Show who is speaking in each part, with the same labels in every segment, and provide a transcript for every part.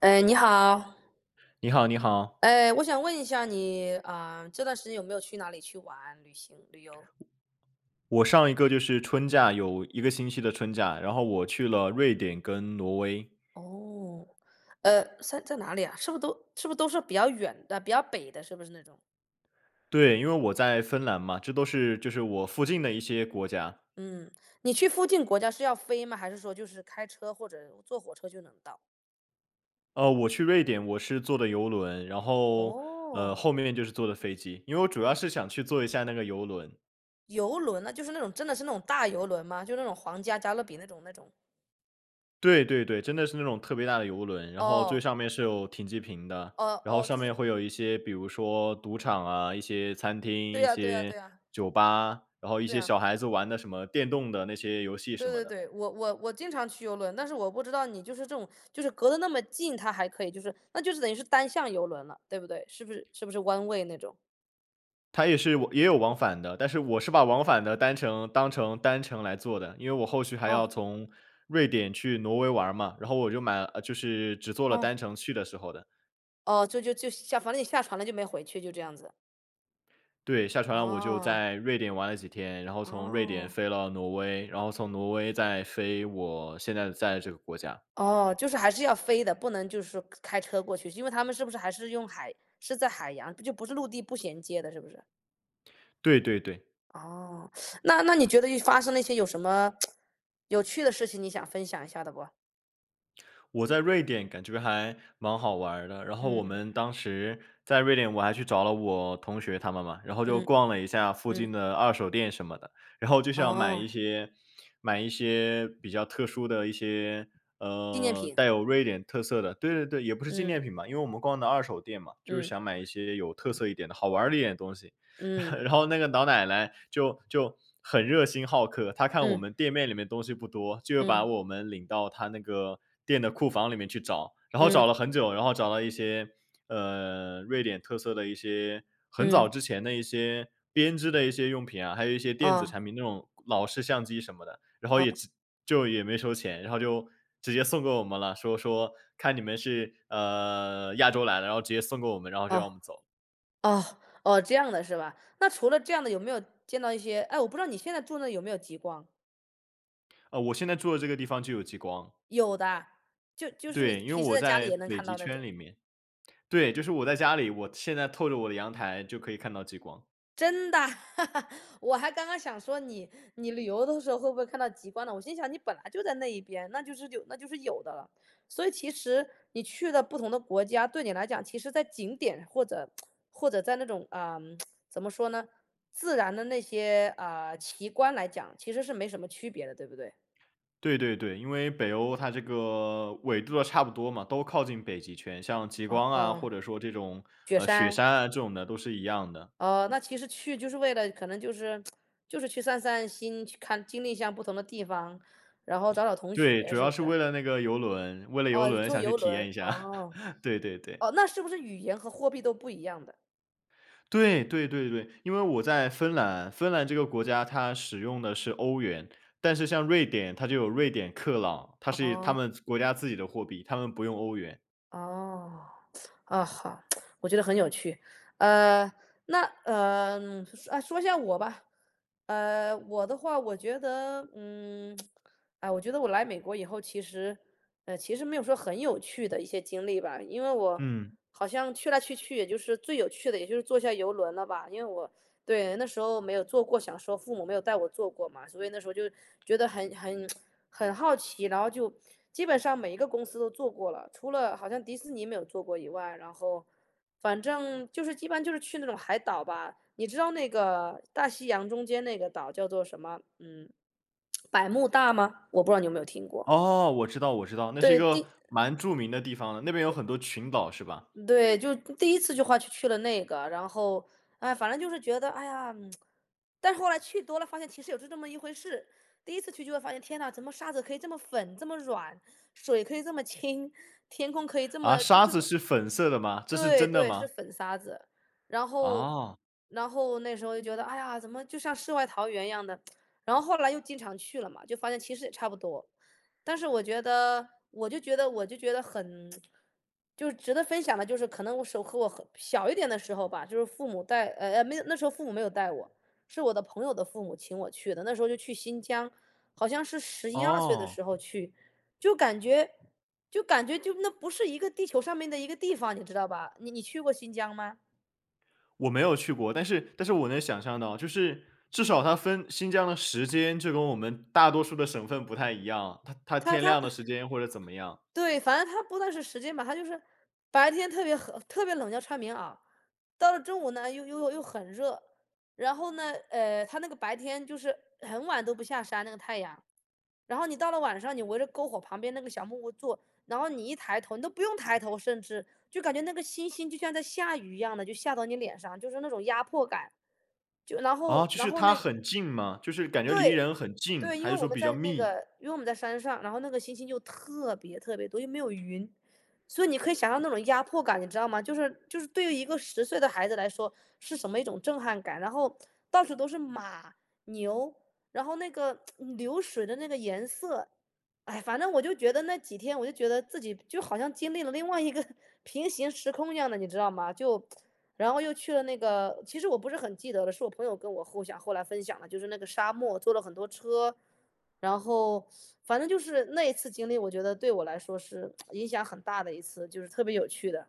Speaker 1: 哎，你好。
Speaker 2: 你好，你好。
Speaker 1: 哎，我想问一下你啊，这段时间有没有去哪里去玩、旅行、旅游？
Speaker 2: 我上一个就是春假，有一个星期的春假，然后我去了瑞典跟挪威。
Speaker 1: 哦。在哪里啊？是不是都是比较远的、比较北的？是不是那种？
Speaker 2: 对，因为我在芬兰嘛，这都是就是我附近的一些国家。
Speaker 1: 嗯。你去附近国家是要飞吗？还是说就是开车或者坐火车就能到？
Speaker 2: 我去瑞典，我是坐的游轮，然后
Speaker 1: 哦。
Speaker 2: 后面就是坐的飞机，因为我主要是想去坐一下那个游轮。
Speaker 1: 游轮呢？就是那种真的是那种大游轮吗？就那种皇家加勒比那种？
Speaker 2: 对对对，真的是那种特别大的游轮，然后最
Speaker 1: 哦，
Speaker 2: 上面是有停机坪的，
Speaker 1: 哦，
Speaker 2: 然后
Speaker 1: 哦，
Speaker 2: 上
Speaker 1: 就是，
Speaker 2: 面会有一些，比如说赌场
Speaker 1: 嗯，
Speaker 2: 啊，一些餐厅，
Speaker 1: 对
Speaker 2: 一
Speaker 1: 呀，对呀，
Speaker 2: 些
Speaker 1: 对呀，
Speaker 2: 酒吧，然后一
Speaker 1: 对
Speaker 2: 些
Speaker 1: 呀。
Speaker 2: 小孩子玩的什么电动的那些游戏
Speaker 1: 对
Speaker 2: 什么
Speaker 1: 对
Speaker 2: 的。
Speaker 1: 对，我经常去游轮，但是我不知道你就是这种，就是隔得那么近，它还可以，就是那就是等于是单向游轮了，对不对？是不是弯位那种？
Speaker 2: 它也是也有往返的，但是我是把往返的单程当成单程来做的，因为我后续还要
Speaker 1: 哦，
Speaker 2: 从瑞典去挪威玩嘛，然后我就买了就是只做了
Speaker 1: 哦，
Speaker 2: 单程去的时候的。
Speaker 1: 哦。就就就下，反正你下船了就没回去，就这样子。
Speaker 2: 对，下船了我就
Speaker 1: 哦，
Speaker 2: 在瑞典玩了几天，然后从瑞典
Speaker 1: 哦，
Speaker 2: 飞了挪威，然后从挪威再飞我现在在的这个国家。
Speaker 1: 哦，就是还是要飞的，不能就是说开车过去，因为他们是不是还是用海，是在海洋，就不是陆地不衔接的，是不是？
Speaker 2: 对对对。
Speaker 1: 哦。那你觉得又发生那些有什么 有趣的事情，你想分享一下的不？
Speaker 2: 我在瑞典感觉还蛮好玩儿的，然后我
Speaker 1: 嗯，
Speaker 2: 们当时在瑞典，我还去找了我同学他们嘛，然后就
Speaker 1: 嗯，
Speaker 2: 逛了一下附
Speaker 1: 嗯。
Speaker 2: 近的二手店什么的，然后就想买
Speaker 1: 哦，
Speaker 2: 一些比较特殊的一些，
Speaker 1: 纪念品，
Speaker 2: 带有瑞典特色的，对对对，也不是纪
Speaker 1: 嗯，
Speaker 2: 念品吧，因为我们逛的二手店嘛，就是
Speaker 1: 嗯，
Speaker 2: 想买一些有特色一点的、好玩儿的一点的东西。
Speaker 1: 嗯，
Speaker 2: 然后那个老奶奶就很热心好客，她看我
Speaker 1: 嗯，
Speaker 2: 们店面里面东西不多，就又把
Speaker 1: 嗯，
Speaker 2: 我们领到她那个店的库房里面去找，然后
Speaker 1: 嗯，
Speaker 2: 找了很久，然后找到一些瑞典特色的一些很
Speaker 1: 嗯，
Speaker 2: 早之前的一些编织的一些用品啊，还有一些电子
Speaker 1: 哦，
Speaker 2: 产品那种老式相机什么的，然后
Speaker 1: 哦，
Speaker 2: 就也没收钱，然后就直接送给我们了，说你们是亚洲来的，然后直接送给我们，然后就让我
Speaker 1: 哦，
Speaker 2: 们走。
Speaker 1: 哦，哦，这样的是吧？那除了这样的，有没有见到一些？哎，我不知道你现在住那有没有极光？
Speaker 2: 我现在住的这个地方就有极光。
Speaker 1: 有的。就是你
Speaker 2: 对，因为
Speaker 1: 平时
Speaker 2: 我
Speaker 1: 在家里
Speaker 2: 在
Speaker 1: 也能
Speaker 2: 北
Speaker 1: 看
Speaker 2: 极
Speaker 1: 到那
Speaker 2: 圈
Speaker 1: 种。
Speaker 2: 里面。对，就是我在家里，我现在透着我的阳台就可以看到极光。
Speaker 1: 真的？我还刚刚想说你，你旅游的时候会不会看到极光呢？我心想你本来就在那一边，那就是有，那就是有的了。所以其实你去的不同的国家，对你来讲，其实在景点或者在那种啊、嗯怎么说呢，自然的那些啊、奇观来讲，其实是没什么区别的，对不对？
Speaker 2: 对对对，因为北欧它这个纬度都差不多嘛，都靠近北极圈，像极
Speaker 1: 哦，
Speaker 2: 光啊，或者说这种，
Speaker 1: 雪
Speaker 2: 雪
Speaker 1: 山。
Speaker 2: 山啊，这种的都是一样的。
Speaker 1: 哦，那其实去就是为了可能就是去散散心，去看经历一下不同的地方，然后找找同
Speaker 2: 对，
Speaker 1: 学，
Speaker 2: 主
Speaker 1: 是
Speaker 2: 要
Speaker 1: 不
Speaker 2: 是
Speaker 1: 是？
Speaker 2: 为了那个游轮，为了游
Speaker 1: 哦，
Speaker 2: 轮
Speaker 1: 坐
Speaker 2: 想去
Speaker 1: 游
Speaker 2: 体验
Speaker 1: 轮。
Speaker 2: 一下。
Speaker 1: 哦，
Speaker 2: 对对对。
Speaker 1: 哦，那是不是语言和货币都不一样的？
Speaker 2: 对对对对，因为我在芬兰，芬兰这个国家它使用的是欧元，但是像瑞典，它就有瑞典克朗，它是他
Speaker 1: 哦，
Speaker 2: 们国家自己的货币，他们不用欧元。
Speaker 1: 哦，啊，好。我觉得很有趣。呃，那说一下我吧。我的话，我觉得，哎，我觉得我来美国以后，其实，其实没有说很有趣的一些经历吧，因为我
Speaker 2: 嗯，
Speaker 1: 好像去来去去，也就是最有趣的，也就是坐下游轮了吧，因为我对，那时候没有做过，想说父母没有带我做过嘛，所以那时候就觉得很好奇，然后就基本上每一个公司都做过了，除了好像迪士尼没有做过以外，然后反正就是一般就是去那种海岛吧。你知道那个大西洋中间那个岛叫做什么？嗯，百慕大吗？我不知道你有没有听过。
Speaker 2: 哦，我知道我知道，那是一
Speaker 1: 对。
Speaker 2: 个蛮著名的地方了，那边有很多群岛是吧？
Speaker 1: 对，就第一次就花去了那个，然后，哎，反正就是觉得，哎呀，但是后来去多了，发现其实有这么一回事。第一次去就会发现，天呐，怎么沙子可以这么粉，这么软，水可以这么清，天空可以这
Speaker 2: 啊，
Speaker 1: 么，就
Speaker 2: 沙
Speaker 1: 是，
Speaker 2: 子是粉色的吗？这是
Speaker 1: 对
Speaker 2: 真的
Speaker 1: 对，是
Speaker 2: 吗？
Speaker 1: 粉沙子。然后
Speaker 2: 哦
Speaker 1: 那时候就觉得，哎呀，怎么就像世外桃源一样的。然后后来又经常去了嘛，就发现其实也差不多。但是我就觉得很就是值得分享的，就是可能我手和我很小一点的时候吧，就是父母带没有，那时候父母没有带我，是我的朋友的父母请我去的。那时候就去新疆，好像是十一二岁的
Speaker 2: 哦。
Speaker 1: 时候去，就感觉就感觉就那不是一个地球上面的一个地方，你知道吧？你你去过新疆吗？
Speaker 2: 我没有去过，但是我能想象到，就是至少它分新疆的时间就跟我们大多数的省份不太一样，它
Speaker 1: 它
Speaker 2: 天
Speaker 1: 它
Speaker 2: 亮的时间或者怎么样。
Speaker 1: 对，反正它不但是时间吧，它就是白天特别很特别冷，要穿棉袄，到了中午呢又很热，然后呢，它那个白天就是很晚都不下山那个太阳，然后你到了晚上，你围着篝火旁边那个小木屋坐，然后你一抬头，你都不用抬头，甚至就感觉那个星星就像在下雨一样的，就下到你脸上，就是那种压迫感。就然后
Speaker 2: 啊，就
Speaker 1: 然
Speaker 2: 是
Speaker 1: 后
Speaker 2: 它
Speaker 1: 那
Speaker 2: 很近吗？就是感觉离
Speaker 1: 对，
Speaker 2: 人很近，
Speaker 1: 对，
Speaker 2: 还是说比较密？
Speaker 1: 因为我们在山上，然后那个星星就特别特别多，又没有云，所以你可以想象那种压迫感，你知道吗？就是对于一个十岁的孩子来说，是什么一种震撼感。然后到处都是马、牛，然后那个嗯流水的那个颜色，哎，反正我就觉得那几天，我就觉得自己就好像经历了另外一个 平行时空一样的，你知道吗？就然后又去了那个，其实我不是很记得了，是我朋友跟我后来分享的，就是那个沙漠，坐了很多车，然后反正就是那一次经历，我觉得对我来说是影响很大的一次，就是特别有趣的。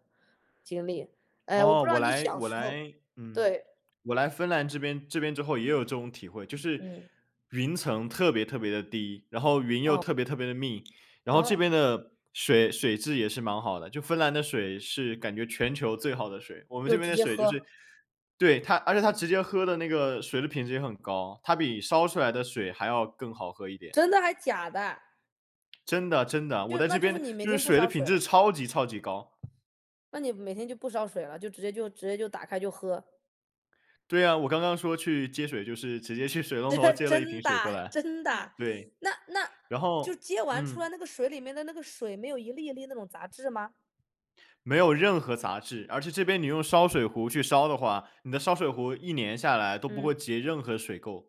Speaker 1: 哎，我
Speaker 2: 哦，
Speaker 1: 不知道
Speaker 2: 我
Speaker 1: 你
Speaker 2: 来
Speaker 1: 小
Speaker 2: 我
Speaker 1: 时候，
Speaker 2: 来，嗯，
Speaker 1: 对，
Speaker 2: 我来芬兰这边之后也有这种体会，就是
Speaker 1: 嗯，
Speaker 2: 云层特别特别的低，然后云又
Speaker 1: 哦，
Speaker 2: 特别特别的密，然后这
Speaker 1: 哦，
Speaker 2: 边的水质也是蛮好的，就芬兰的水是感觉全球最好的水，我们
Speaker 1: 就
Speaker 2: 这
Speaker 1: 直
Speaker 2: 边的
Speaker 1: 接
Speaker 2: 水就是
Speaker 1: 喝。
Speaker 2: 对它，而且它直接喝的那个水的品质也很高，它比烧出来的水还要更好喝一点，
Speaker 1: 真的还假的？
Speaker 2: 真的真的，我
Speaker 1: 就
Speaker 2: 在
Speaker 1: 那
Speaker 2: 这
Speaker 1: 就是
Speaker 2: 边
Speaker 1: 你每
Speaker 2: 就是
Speaker 1: 天不
Speaker 2: 水的
Speaker 1: 烧水
Speaker 2: 品质
Speaker 1: 了，
Speaker 2: 超级超级高。
Speaker 1: 那你每天就不烧水了，就直接就直接就打开就喝。
Speaker 2: 对呀，我刚刚说去接水，就是直接去水龙
Speaker 1: 这
Speaker 2: 头接了一
Speaker 1: 真
Speaker 2: 瓶
Speaker 1: 的，
Speaker 2: 水过来。
Speaker 1: 真的。
Speaker 2: 对，
Speaker 1: 那那
Speaker 2: 然
Speaker 1: 就
Speaker 2: 后
Speaker 1: 接完出
Speaker 2: 嗯，
Speaker 1: 来那个水里面的那个水没有一粒一粒那种杂质吗？
Speaker 2: 没有任何杂质，而且这边你用烧水壶去烧的话，你的烧水壶一年下来都不
Speaker 1: 嗯。
Speaker 2: 会结任何水垢。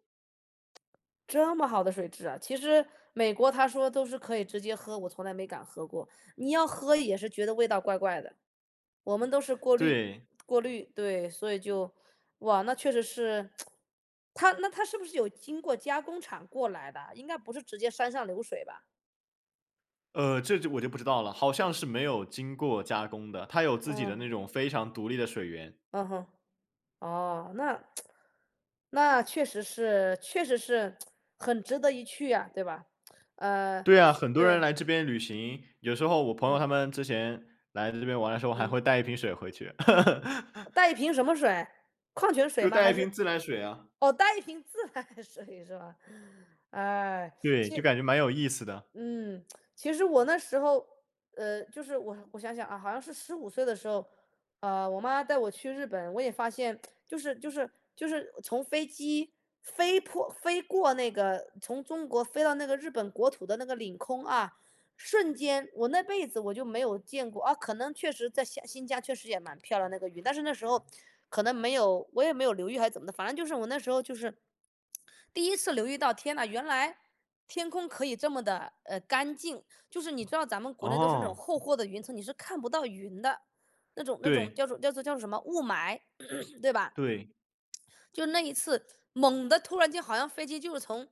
Speaker 1: 这么好的水质啊，其实美国他说都是可以直接喝，我从来没敢喝过。你要喝也是觉得味道怪怪的，我们都是过滤，
Speaker 2: 对，
Speaker 1: 对，所以就，哇，那确实是，他那他是不是有经过加工厂过来的啊？应该不是直接山上流水吧？
Speaker 2: 这就我就不知道了，好像是没有经过加工的，它有自己的
Speaker 1: 嗯，
Speaker 2: 那种非常独立的水源。
Speaker 1: 嗯哼。哦，那那确实是确实是很值得一去呀，对吧？呃，
Speaker 2: 对啊，很多人
Speaker 1: 对，
Speaker 2: 来这边旅行，有时候我朋友他
Speaker 1: 嗯，
Speaker 2: 们之前来这边玩的时候还
Speaker 1: 嗯，
Speaker 2: 会带一瓶水回去，
Speaker 1: 带一瓶什么水？矿泉 水
Speaker 2: 就
Speaker 1: 吗？
Speaker 2: 带
Speaker 1: 还
Speaker 2: 一
Speaker 1: 是
Speaker 2: 瓶自来水啊。
Speaker 1: 哦，带一瓶自来水是吧？哎，
Speaker 2: 对，就感觉蛮有意思的。
Speaker 1: 嗯，其实我那时候，就是我想想啊，好像是十五岁的时候，我妈带我去日本，我也发现，就是就是就是从飞机飞过那个从中国飞到那个日本国土的那个领空啊，瞬间，我那辈子我就没有见过啊。可能确实在新疆确实也蛮漂亮那个云，但是那时候可能没有，我也没有留意还是怎么的，反正就是我那时候就是第一次留意到，天呐，原来天空可以这么的干净。就是你知道咱们国内都是那种
Speaker 2: 哦，
Speaker 1: 厚厚的云层，你是看不到云的，那种
Speaker 2: 对，
Speaker 1: 叫做什么雾霾，对吧？
Speaker 2: 对，
Speaker 1: 就那一次，猛的突然间好像飞机就是从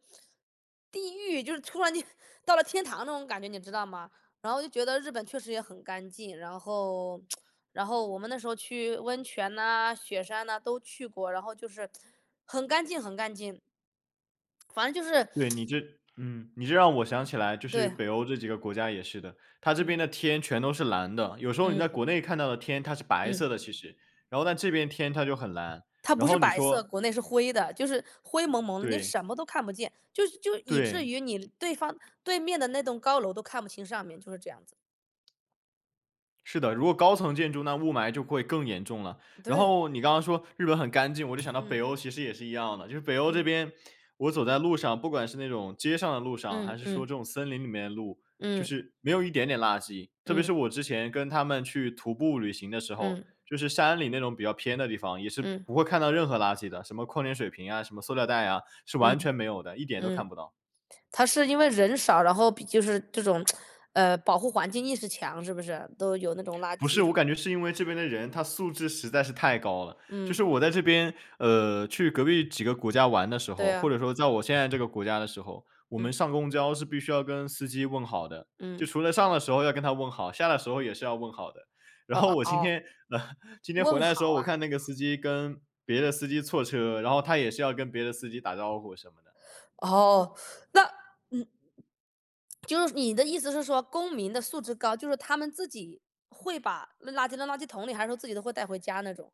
Speaker 1: 地狱，就是突然间 到了天堂那种感觉，你知道吗？然后就觉得日本确实也很干净，然后，然后我们那时候去温泉呐、雪山呐、都去过，然后就是很干净，很干净，反正就是
Speaker 2: 对，嗯，你这让我想起来，就是
Speaker 1: 对，
Speaker 2: 北欧这几个国家也是的，它这边的
Speaker 1: 嗯，
Speaker 2: 天全都是蓝的，有时候你在
Speaker 1: 嗯，
Speaker 2: 国内看到的天它是白
Speaker 1: 嗯，
Speaker 2: 色的其实，然后但这边天它就很蓝，
Speaker 1: 它不
Speaker 2: 然
Speaker 1: 是
Speaker 2: 后你
Speaker 1: 白色，
Speaker 2: 说
Speaker 1: 国内是灰的，就是灰蒙蒙的，你
Speaker 2: 对，
Speaker 1: 什么都看不见，就是就以至
Speaker 2: 对。
Speaker 1: 于你对面的那栋高楼都看不清上面，就是这样子，
Speaker 2: 是的，如果高层建筑，那雾霾就会更严重了。然
Speaker 1: 对。
Speaker 2: 后你刚刚说日本很干净，我就想到
Speaker 1: 嗯
Speaker 2: 北欧其实也是一样的，就是北欧这
Speaker 1: 嗯
Speaker 2: 边，我走在路上，不管是那种街上的路上，
Speaker 1: 嗯
Speaker 2: 还是说
Speaker 1: 嗯
Speaker 2: 这种森林里面的路，就
Speaker 1: 嗯
Speaker 2: 是没有一点点垃圾。特别
Speaker 1: 嗯
Speaker 2: 是我之前跟他们去徒步旅行的时候，
Speaker 1: 嗯
Speaker 2: 就是山里那种比较偏的地方，也是
Speaker 1: 嗯
Speaker 2: 不会看到任何垃圾的，什么矿泉水瓶啊，什么塑料袋啊，是
Speaker 1: 嗯
Speaker 2: 完全没有的，一点都看
Speaker 1: 嗯，
Speaker 2: 不到。
Speaker 1: 他是因为人少，然后比就是这种，保护环境意识强，是不是？都有那种垃
Speaker 2: 不是，
Speaker 1: 圾
Speaker 2: 我
Speaker 1: 桶。
Speaker 2: 感觉是因为这边的人他素质实在是太高了。就
Speaker 1: 嗯，
Speaker 2: 是我在这边，去隔壁几个国家玩的时
Speaker 1: 对
Speaker 2: 候，或
Speaker 1: 啊，
Speaker 2: 者说在我现在这个国家的时候，我们
Speaker 1: 嗯
Speaker 2: 上公交是必须要跟司机问好的，就
Speaker 1: 嗯，
Speaker 2: 除了上的时候要跟他问好，下的时候也是要问好的。然
Speaker 1: 哦
Speaker 2: 后
Speaker 1: 哦
Speaker 2: 我今
Speaker 1: 哦，
Speaker 2: 天，呃，今天回
Speaker 1: 问
Speaker 2: 来的时
Speaker 1: 好
Speaker 2: 候，我
Speaker 1: 啊。
Speaker 2: 看那个司机跟别的司机错车，然后他也是要跟别的司机打招呼什么的。
Speaker 1: 哦，那嗯，就是你的意思是说，公民的素质高，就是他们自己会把那垃圾扔垃圾桶里，还是说自己都会带回家那种？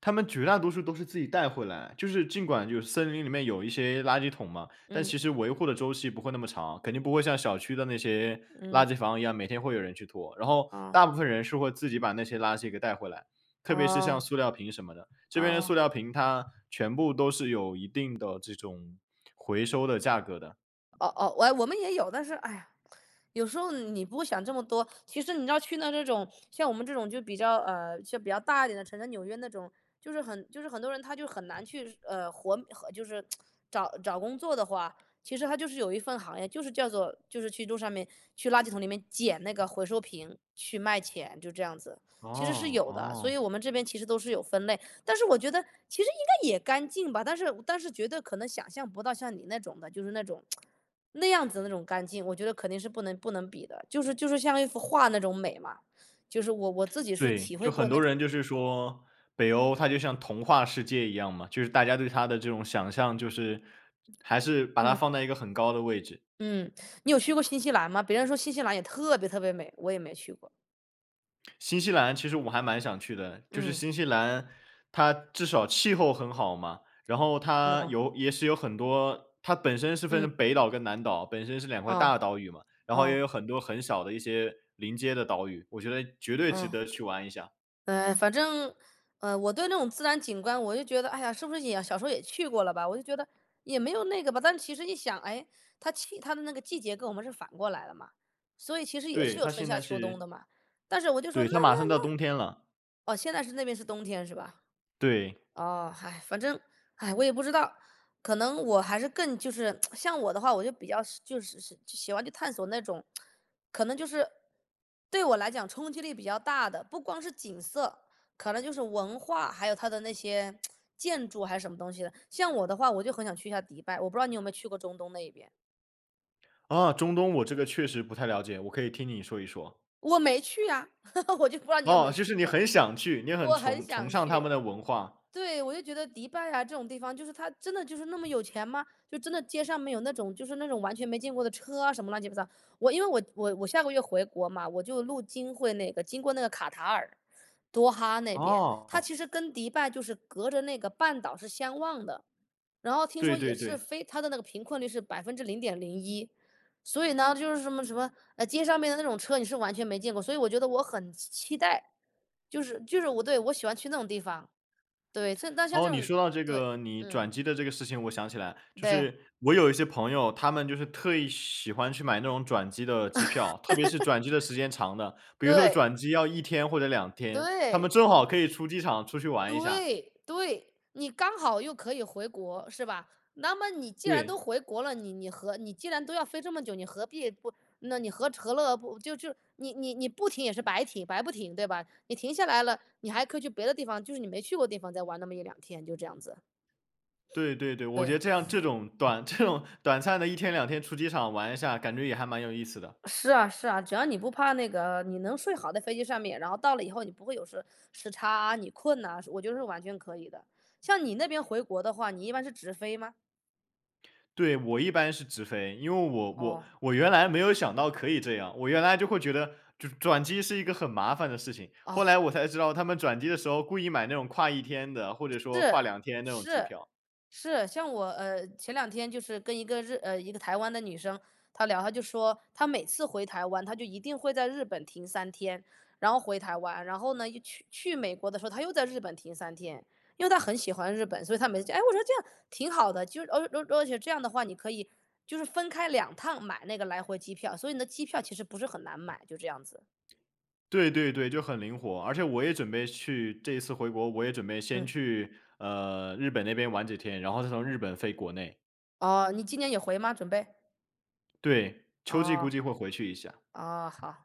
Speaker 2: 他们绝大多数都是自己带回来，就是尽管有森林里面有一些垃圾桶嘛，但
Speaker 1: 嗯
Speaker 2: 其实维护的周期不会那么长，肯定不会像小区的那些
Speaker 1: 嗯，
Speaker 2: 垃圾房一样，每天会有人去拖。然后
Speaker 1: 哦
Speaker 2: 大部分人是会自己把那些垃圾给带回来，特别是像
Speaker 1: 哦
Speaker 2: 塑料瓶什么的，这边的塑
Speaker 1: 哦。
Speaker 2: 料瓶它全部都是有一定的这种回收的价格的。
Speaker 1: 哦哦，我们也有，但是哎呀，有时候你不想这么多。其实你知道去那这种像我们这种就比较大一点的城市，纽约那种，就是很多人他就很难去活和就是 找找工作的话，其实他就是有一份行业，就是叫做去路上面去垃圾桶里面捡那个回收瓶去卖钱，就这样子，其实是
Speaker 2: 哦
Speaker 1: 有的。所
Speaker 2: 哦。
Speaker 1: 以我们这边其实都是有分类，但是我觉得其实应该也干净吧，但是绝对可能想象不到像你那种的，就是那种那样子的那种干净，我觉得肯定是不能比的，就是像一幅画那种美嘛，就是我自己是
Speaker 2: 对，
Speaker 1: 体会
Speaker 2: 就
Speaker 1: 过
Speaker 2: 很
Speaker 1: 那
Speaker 2: 多
Speaker 1: 种，
Speaker 2: 人就是说，北欧它就像童话世界一样嘛，就是大家对它的这种想象，就是还是把它
Speaker 1: 嗯
Speaker 2: 放在一个很高的位置。
Speaker 1: 嗯，你有去过新西兰吗？别人说新西兰也特别特别美，我也没去过，
Speaker 2: 新西兰其实我还蛮想去的，就是
Speaker 1: 嗯
Speaker 2: 新西兰，它至少气候很好嘛，然后
Speaker 1: 嗯
Speaker 2: 它
Speaker 1: 哦
Speaker 2: 有也是有很多，它本身是分成
Speaker 1: 嗯
Speaker 2: 北岛跟南岛，本身是两块
Speaker 1: 哦
Speaker 2: 大岛屿嘛，然后也
Speaker 1: 哦
Speaker 2: 有很多很小的一些临街的岛屿，我觉得绝对值
Speaker 1: 嗯。
Speaker 2: 得去玩一下。
Speaker 1: 反正，我对那种自然景观，我就觉得，哎呀，是不是也小时候也去过了吧？我就觉得也没有那个吧。但其实一想，哎，它气它的那个季节跟我们是反过来的嘛，所以其实也是
Speaker 2: 对，
Speaker 1: 有
Speaker 2: 它
Speaker 1: 春
Speaker 2: 现
Speaker 1: 夏
Speaker 2: 在
Speaker 1: 秋冬
Speaker 2: 是
Speaker 1: 的嘛。但是我就说，
Speaker 2: 对，
Speaker 1: 那那
Speaker 2: 它马上到
Speaker 1: 那，
Speaker 2: 冬天了，
Speaker 1: 哦，现在是那边是冬天是吧？
Speaker 2: 对。
Speaker 1: 哦，唉，反正，唉，我也不知道，可能我还是更就是 像我的话，我就比较是就是是就喜欢去探索那种，可能就是对我来讲冲击力比较大的，不光是景色，可能就是文化，还有它的那些 建筑还是什么东西的。像我的话，我就很想去一下迪拜，我不知道你有没有去过中东那一边，
Speaker 2: 啊，中东我这个确实不太了解，我可以听你说一说。
Speaker 1: 我没去啊，我就不知道你有没有
Speaker 2: 哦，就
Speaker 1: 去
Speaker 2: 是你
Speaker 1: 过，
Speaker 2: 很想去，你很
Speaker 1: 我很
Speaker 2: 崇崇
Speaker 1: 想
Speaker 2: 尚他
Speaker 1: 去。
Speaker 2: 们的文化。
Speaker 1: 对，我就觉得迪拜啊这种地方，就是他真的就是那么有钱吗？就真的街上面有那种就是那种完全没见过的车啊什么乱七八糟。我因为我下个月回国嘛，我就路经会那个经过那个卡塔尔、多哈那边，它
Speaker 2: 哦，
Speaker 1: 其实跟迪拜就是隔着那个半岛是相望的。然后听
Speaker 2: 对
Speaker 1: 说也
Speaker 2: 对
Speaker 1: 是
Speaker 2: 对。
Speaker 1: 非它的那个贫困率是0.01%，所以呢就是什么什么街上面的那种车你是完全没见过，所以我觉得我很期待，就是我喜欢去那种地方。对，这像
Speaker 2: 哦，
Speaker 1: 这
Speaker 2: 你
Speaker 1: 种
Speaker 2: 说到这
Speaker 1: 对，
Speaker 2: 个你
Speaker 1: 嗯，
Speaker 2: 转机的这个事情，我想起来，就
Speaker 1: 对，
Speaker 2: 是我有一些朋友，他们就是特意喜欢去买那种转机的机票，特别是转机的时间长的，比如说
Speaker 1: 对，
Speaker 2: 转机要一天或者两天，他们
Speaker 1: 对，
Speaker 2: 正好可以出机场出去玩一下。
Speaker 1: 对，对，你刚好又可以回国，是吧？那么你既然都
Speaker 2: 对，
Speaker 1: 回国了，你既然都要飞这么久，你何必不那你何乐而不就你不停也是白停，白不停，对吧？你停下来了，你还可以去别的地方，就是你没去过的地方再玩那么一两天，就这样子，
Speaker 2: 对对对，我
Speaker 1: 对。
Speaker 2: 觉得这样这种短 这种短暂的一天两天出机场玩一下，感觉也还蛮有意思的。
Speaker 1: 是啊是啊，只要你不怕那个，你能睡好在飞机上面，然后到了以后你不会有时差啊，你困呐，我觉得是完全可以的。像你那边回国的话，你一般是直飞吗？
Speaker 2: 对，我一般是直飞，因为我我
Speaker 1: 哦，
Speaker 2: 我原来没有想到可以这样，我原来就会觉得就转机是一个很麻烦的事情，
Speaker 1: 哦。
Speaker 2: 后来我才知道他们转机的时候故意买那种跨一天的，或者说跨
Speaker 1: 是，
Speaker 2: 两天那种机
Speaker 1: 是，
Speaker 2: 票。
Speaker 1: 是，像我，前两天就是跟一个台湾的女生，她聊，她就说她每次回台湾，她就一定会在日本停三天，然后回台湾，然后呢，又去美国的时候，她又在日本停三天。因为她很喜欢日本，所以她每次就哎，我说这样挺好的，就是而且这样的话，你可以就是分开2趟买那个来回机票，所以你的机票其实不是很难买，就这样子。
Speaker 2: 对对对，就很灵活，而且我也准备去这一次回国，我也准备先
Speaker 1: 嗯，
Speaker 2: 去日本那边玩几天，然后再从日本飞国内。
Speaker 1: 哦，你今年也回吗？准备？
Speaker 2: 对，秋季估
Speaker 1: 哦，
Speaker 2: 计会回去一下。
Speaker 1: 哦，好。